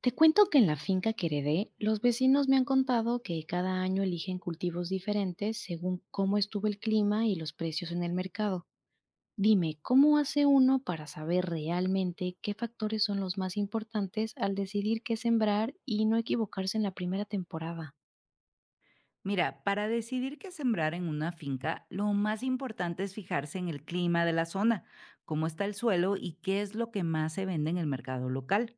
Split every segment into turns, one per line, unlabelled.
Te cuento que en la finca que heredé, los vecinos me han contado que cada año eligen cultivos diferentes según cómo estuvo el clima y los precios en el mercado. Dime, ¿cómo hace uno para saber realmente qué factores son los más importantes al decidir qué sembrar y no equivocarse en la primera temporada?
Mira, para decidir qué sembrar en una finca, lo más importante es fijarse en el clima de la zona, cómo está el suelo y qué es lo que más se vende en el mercado local.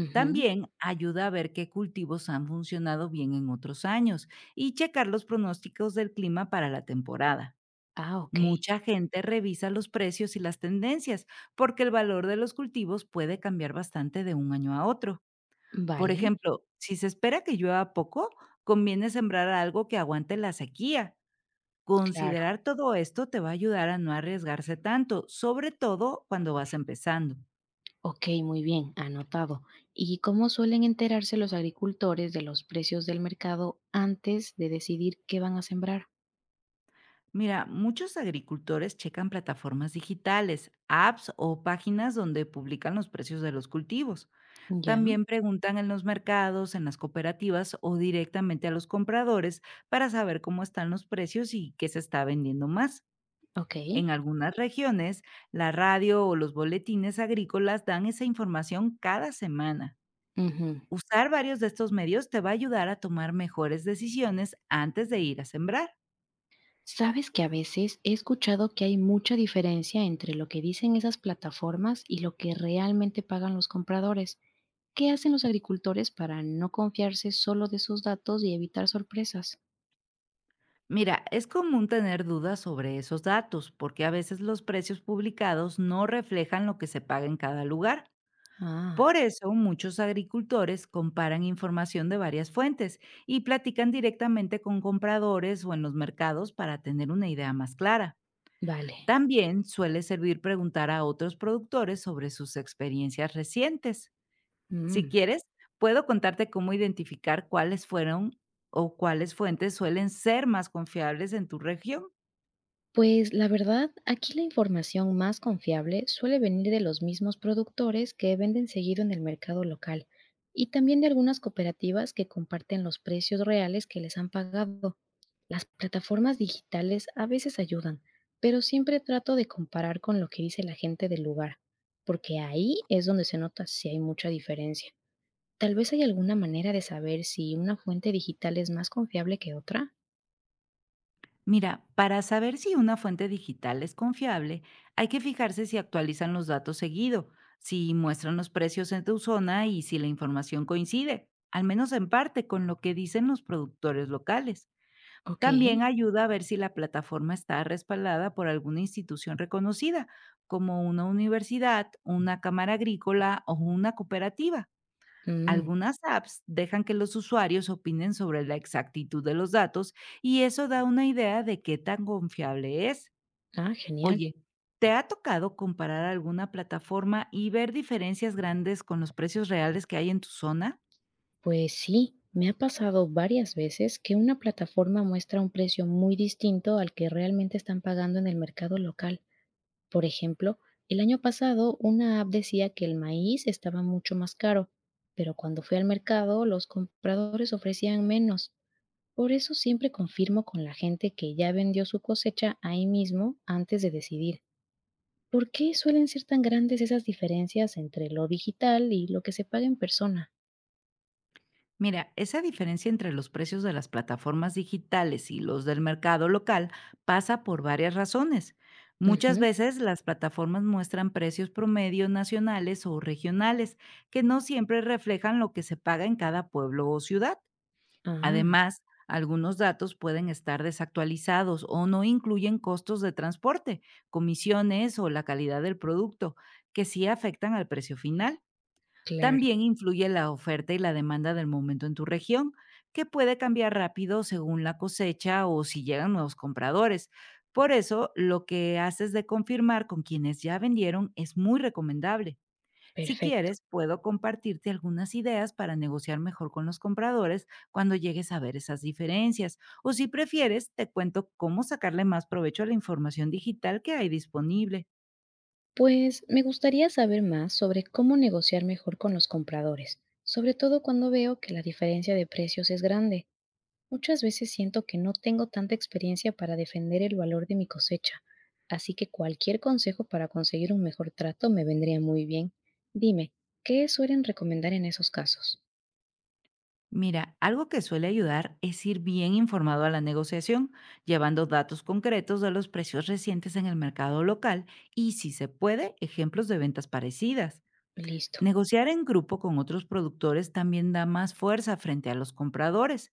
Ujú.
También ayuda a ver qué cultivos han funcionado bien en otros años y checar los pronósticos del clima para la temporada.
Ah, ok.
Mucha gente revisa los precios y las tendencias porque el valor de los cultivos puede cambiar bastante de un año a otro. Por
Vale,
ejemplo, si se espera que llueva poco, conviene sembrar algo que aguante la sequía.
claro.
Considerar todo esto te va a ayudar a no arriesgarse tanto, sobre todo cuando vas empezando.
Ok, muy bien, anotado. ¿Y cómo suelen enterarse los agricultores de los precios del mercado antes de decidir qué van a sembrar?
Mira, muchos agricultores checan plataformas digitales, apps o páginas donde publican los precios de los cultivos.
Ya.
También preguntan en los mercados, en las cooperativas o directamente a los compradores, para saber cómo están los precios y qué se está vendiendo más. En
Okey,
algunas regiones, la radio o los boletines agrícolas dan esa información cada semana.
ujú.
Usar varios de estos medios te va a ayudar a tomar mejores decisiones antes de ir a sembrar.
Sabes que a veces he escuchado que hay mucha diferencia entre lo que dicen esas plataformas y lo que realmente pagan los compradores. ¿Qué hacen los agricultores para no confiarse solo de sus datos y evitar sorpresas?
Mira, es común tener dudas sobre esos datos porque a veces los precios publicados no reflejan lo que se paga en cada lugar.
Ah,
Por eso muchos agricultores comparan información de varias fuentes y platican directamente con compradores o en los mercados, para tener una idea más clara.
vale.
También suele servir preguntar a otros productores sobre sus experiencias recientes. Si
Mm.
quieres, puedo contarte cómo identificar cuáles fueron o cuáles fuentes suelen ser más confiables en tu región.
Pues la verdad, aquí la información más confiable suele venir de los mismos productores que venden seguido en el mercado local y también de algunas cooperativas que comparten los precios reales que les han pagado. Las plataformas digitales a veces ayudan, pero siempre trato de comparar con lo que dice la gente del lugar, porque ahí es donde se nota si hay mucha diferencia. Tal vez hay alguna manera de saber si una fuente digital es más confiable que otra.
Mira, para saber si una fuente digital es confiable, hay que fijarse si actualizan los datos seguido, si muestran los precios en tu zona y si la información coincide, al menos en parte, con lo que dicen los productores locales.
Ok.
También ayuda a ver si la plataforma está respaldada por alguna institución reconocida, como una universidad, una cámara agrícola o una cooperativa.
Mm.
Algunas apps dejan que los usuarios opinen sobre la exactitud de los datos y eso da una idea de qué tan confiable es.
Ah, genial.
Oye, ¿te ha tocado comparar alguna plataforma y ver diferencias grandes con los precios reales que hay en tu zona?
Pues sí, me ha pasado varias veces que una plataforma muestra un precio muy distinto al que realmente están pagando en el mercado local. Por ejemplo, el año pasado una app decía que el maíz estaba mucho más caro, pero cuando fui al mercado los compradores ofrecían menos. Por eso siempre confirmo con la gente que ya vendió su cosecha ahí mismo antes de decidir. ¿Por qué suelen ser tan grandes esas diferencias entre lo digital y lo que se paga en persona?
Mira, esa diferencia entre los precios de las plataformas digitales y los del mercado local pasa por varias razones. Muchas
Ujú.
veces las plataformas muestran precios promedio nacionales o regionales que no siempre reflejan lo que se paga en cada pueblo o ciudad.
Ah,
Además, algunos datos pueden estar desactualizados o no incluyen costos de transporte, comisiones o la calidad del producto, que sí afectan al precio final.
claro.
También influye la oferta y la demanda del momento en tu región, que puede cambiar rápido según la cosecha o si llegan nuevos compradores. Por eso, lo que haces de confirmar con quienes ya vendieron es muy recomendable. Si
Perfecto.
quieres, puedo compartirte algunas ideas para negociar mejor con los compradores cuando llegues a ver esas diferencias. O si prefieres, te cuento cómo sacarle más provecho a la información digital que hay disponible.
Pues me gustaría saber más sobre cómo negociar mejor con los compradores, sobre todo cuando veo que la diferencia de precios es grande. Muchas veces siento que no tengo tanta experiencia para defender el valor de mi cosecha, así que cualquier consejo para conseguir un mejor trato me vendría muy bien. Dime, ¿qué suelen recomendar en esos casos?
Mira, algo que suele ayudar es ir bien informado a la negociación, llevando datos concretos de los precios recientes en el mercado local y, si se puede, ejemplos de ventas parecidas.
Listo.
Negociar en grupo con otros productores también da más fuerza frente a los compradores.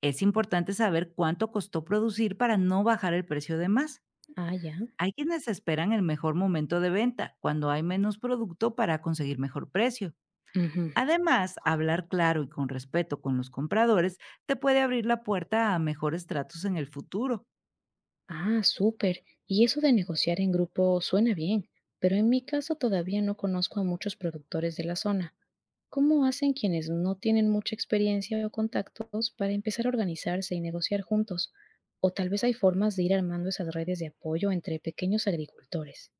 Es importante saber cuánto costó producir para no bajar el precio de más.
Ah, ya.
Hay quienes esperan el mejor momento de venta, cuando hay menos producto, para conseguir mejor precio.
Ujú.
Además, hablar claro y con respeto con los compradores te puede abrir la puerta a mejores tratos en el futuro.
Ah, súper. Y eso de negociar en grupo suena bien, pero en mi caso todavía no conozco a muchos productores de la zona. ¿Cómo hacen quienes no tienen mucha experiencia o contactos para empezar a organizarse y negociar juntos? O tal vez hay formas de ir armando esas redes de apoyo entre pequeños agricultores.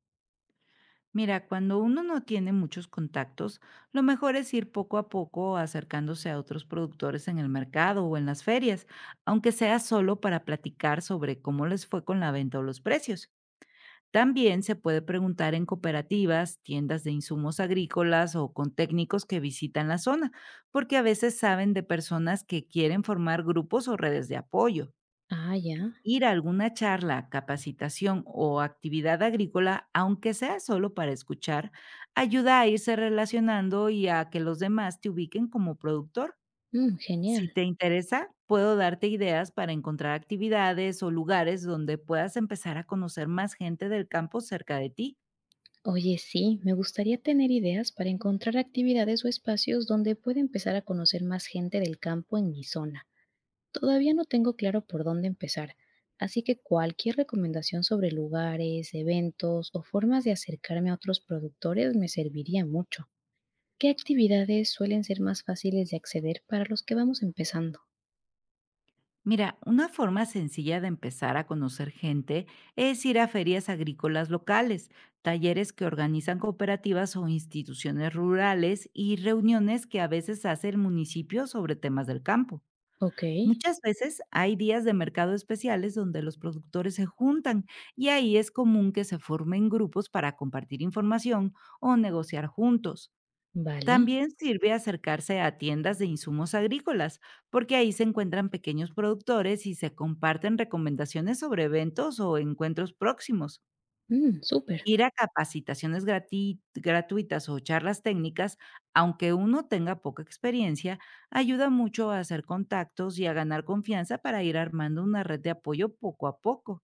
Mira, cuando uno no tiene muchos contactos, lo mejor es ir poco a poco acercándose a otros productores en el mercado o en las ferias, aunque sea solo para platicar sobre cómo les fue con la venta o los precios. También se puede preguntar en cooperativas, tiendas de insumos agrícolas o con técnicos que visitan la zona, porque a veces saben de personas que quieren formar grupos o redes de apoyo.
Ah, ya.
Ir a alguna charla, capacitación o actividad agrícola, aunque sea solo para escuchar, ayuda a irse relacionando y a que los demás te ubiquen como productor.
Mm, genial.
Si te interesa, puedo darte ideas para encontrar actividades o lugares donde puedas empezar a conocer más gente del campo cerca de ti.
Oye, sí, me gustaría tener ideas para encontrar actividades o espacios donde pueda empezar a conocer más gente del campo en mi zona. Todavía no tengo claro por dónde empezar, así que cualquier recomendación sobre lugares, eventos o formas de acercarme a otros productores me serviría mucho. ¿Qué actividades suelen ser más fáciles de acceder para los que vamos empezando?
Mira, una forma sencilla de empezar a conocer gente es ir a ferias agrícolas locales, talleres que organizan cooperativas o instituciones rurales y reuniones que a veces hace el municipio sobre temas del campo.
Ok,
Muchas veces hay días de mercado especiales donde los productores se juntan, y ahí es común que se formen grupos para compartir información o negociar juntos.
vale.
También sirve acercarse a tiendas de insumos agrícolas, porque ahí se encuentran pequeños productores y se comparten recomendaciones sobre eventos o encuentros próximos.
Mm, súper.
Ir a capacitaciones gratuitas o charlas técnicas, aunque uno tenga poca experiencia, ayuda mucho a hacer contactos y a ganar confianza para ir armando una red de apoyo poco a poco.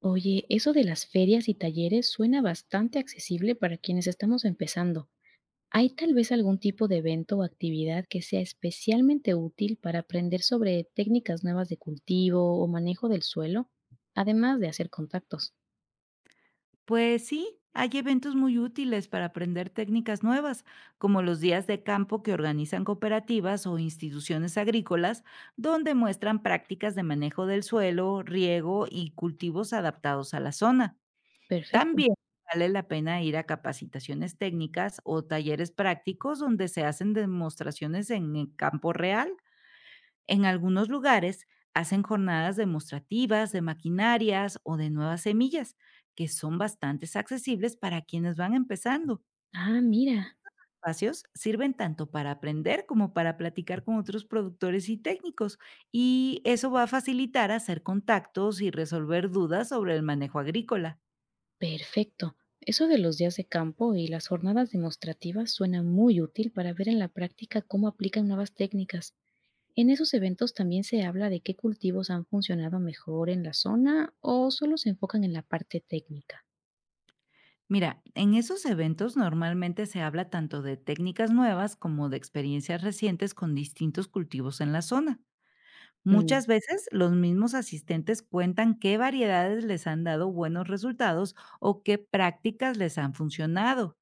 Oye, eso de las ferias y talleres suena bastante accesible para quienes estamos empezando. ¿Hay tal vez algún tipo de evento o actividad que sea especialmente útil para aprender sobre técnicas nuevas de cultivo o manejo del suelo, además de hacer contactos?
Pues sí, hay eventos muy útiles para aprender técnicas nuevas, como los días de campo que organizan cooperativas o instituciones agrícolas, donde muestran prácticas de manejo del suelo, riego y cultivos adaptados a la zona.
Perfecto.
También vale la pena ir a capacitaciones técnicas o talleres prácticos donde se hacen demostraciones en el campo real. En algunos lugares hacen jornadas demostrativas de maquinarias o de nuevas semillas, que son bastante accesibles para quienes van empezando.
Ah, mira,
Espacios sirven tanto para aprender como para platicar con otros productores y técnicos, y eso va a facilitar hacer contactos y resolver dudas sobre el manejo agrícola.
perfecto. Eso de los días de campo y las jornadas demostrativas suena muy útil para ver en la práctica cómo aplican nuevas técnicas. En esos eventos también se habla de qué cultivos han funcionado mejor en la zona o solo se enfocan en la parte técnica.
Mira, en esos eventos normalmente se habla tanto de técnicas nuevas como de experiencias recientes con distintos cultivos en la zona.
Mm,
Muchas veces los mismos asistentes cuentan qué variedades les han dado buenos resultados o qué prácticas les han funcionado.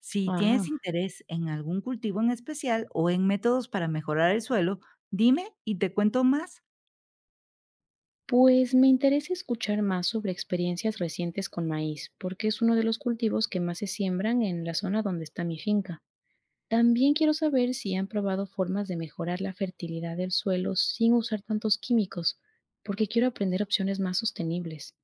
Si tienes
Ah.
interés en algún cultivo en especial o en métodos para mejorar el suelo, dime y te cuento más.
Pues me interesa escuchar más sobre experiencias recientes con maíz, porque es uno de los cultivos que más se siembran en la zona donde está mi finca. También quiero saber si han probado formas de mejorar la fertilidad del suelo sin usar tantos químicos, porque quiero aprender opciones más sostenibles.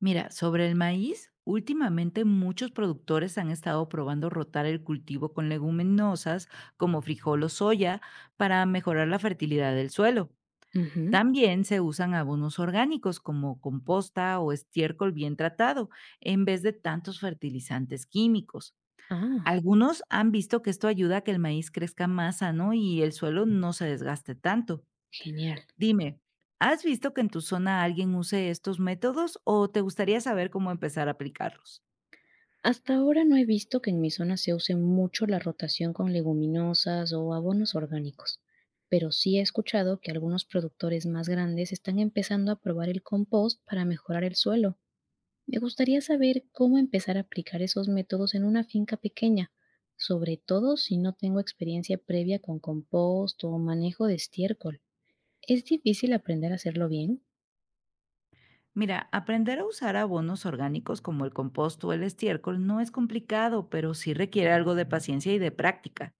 Mira, sobre el maíz, últimamente muchos productores han estado probando rotar el cultivo con leguminosas como frijol o soya, para mejorar la fertilidad del suelo.
Ujú.
También se usan abonos orgánicos como composta o estiércol bien tratado, en vez de tantos fertilizantes químicos.
Ah,
Algunos han visto que esto ayuda a que el maíz crezca más sano y el suelo no se desgaste tanto.
genial.
Dime, ¿has visto que en tu zona alguien use estos métodos o te gustaría saber cómo empezar a aplicarlos?
Hasta ahora no he visto que en mi zona se use mucho la rotación con leguminosas o abonos orgánicos, pero sí he escuchado que algunos productores más grandes están empezando a probar el compost para mejorar el suelo. Me gustaría saber cómo empezar a aplicar esos métodos en una finca pequeña, sobre todo si no tengo experiencia previa con compost o manejo de estiércol. ¿Es difícil aprender a hacerlo bien?
Mira, aprender a usar abonos orgánicos como el compost o el estiércol no es complicado, pero sí requiere algo de paciencia y de práctica.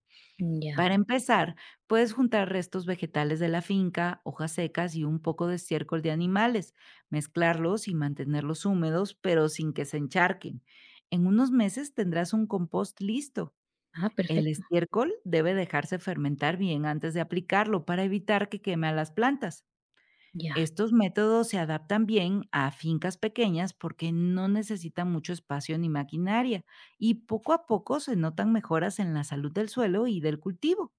Ya.
Para empezar, puedes juntar restos vegetales de la finca, hojas secas y un poco de estiércol de animales, mezclarlos y mantenerlos húmedos, pero sin que se encharquen. En unos meses tendrás un compost listo.
Ah,
El
perfecto.
estiércol debe dejarse fermentar bien antes de aplicarlo, para evitar que queme a las plantas.
Ya.
Estos métodos se adaptan bien a fincas pequeñas porque no necesitan mucho espacio ni maquinaria, y poco a poco se notan mejoras en la salud del suelo y del cultivo.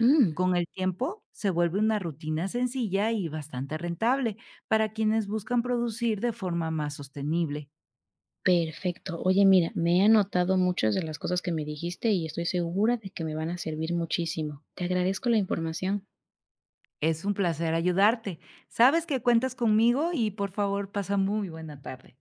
Mm.
Con el tiempo, se vuelve una rutina sencilla y bastante rentable para quienes buscan producir de forma más sostenible.
Perfecto. Oye, mira, me he anotado muchas de las cosas que me dijiste y estoy segura de que me van a servir muchísimo. Te agradezco la información.
Es un placer ayudarte. Sabes que cuentas conmigo y, por favor, pasa muy buena tarde.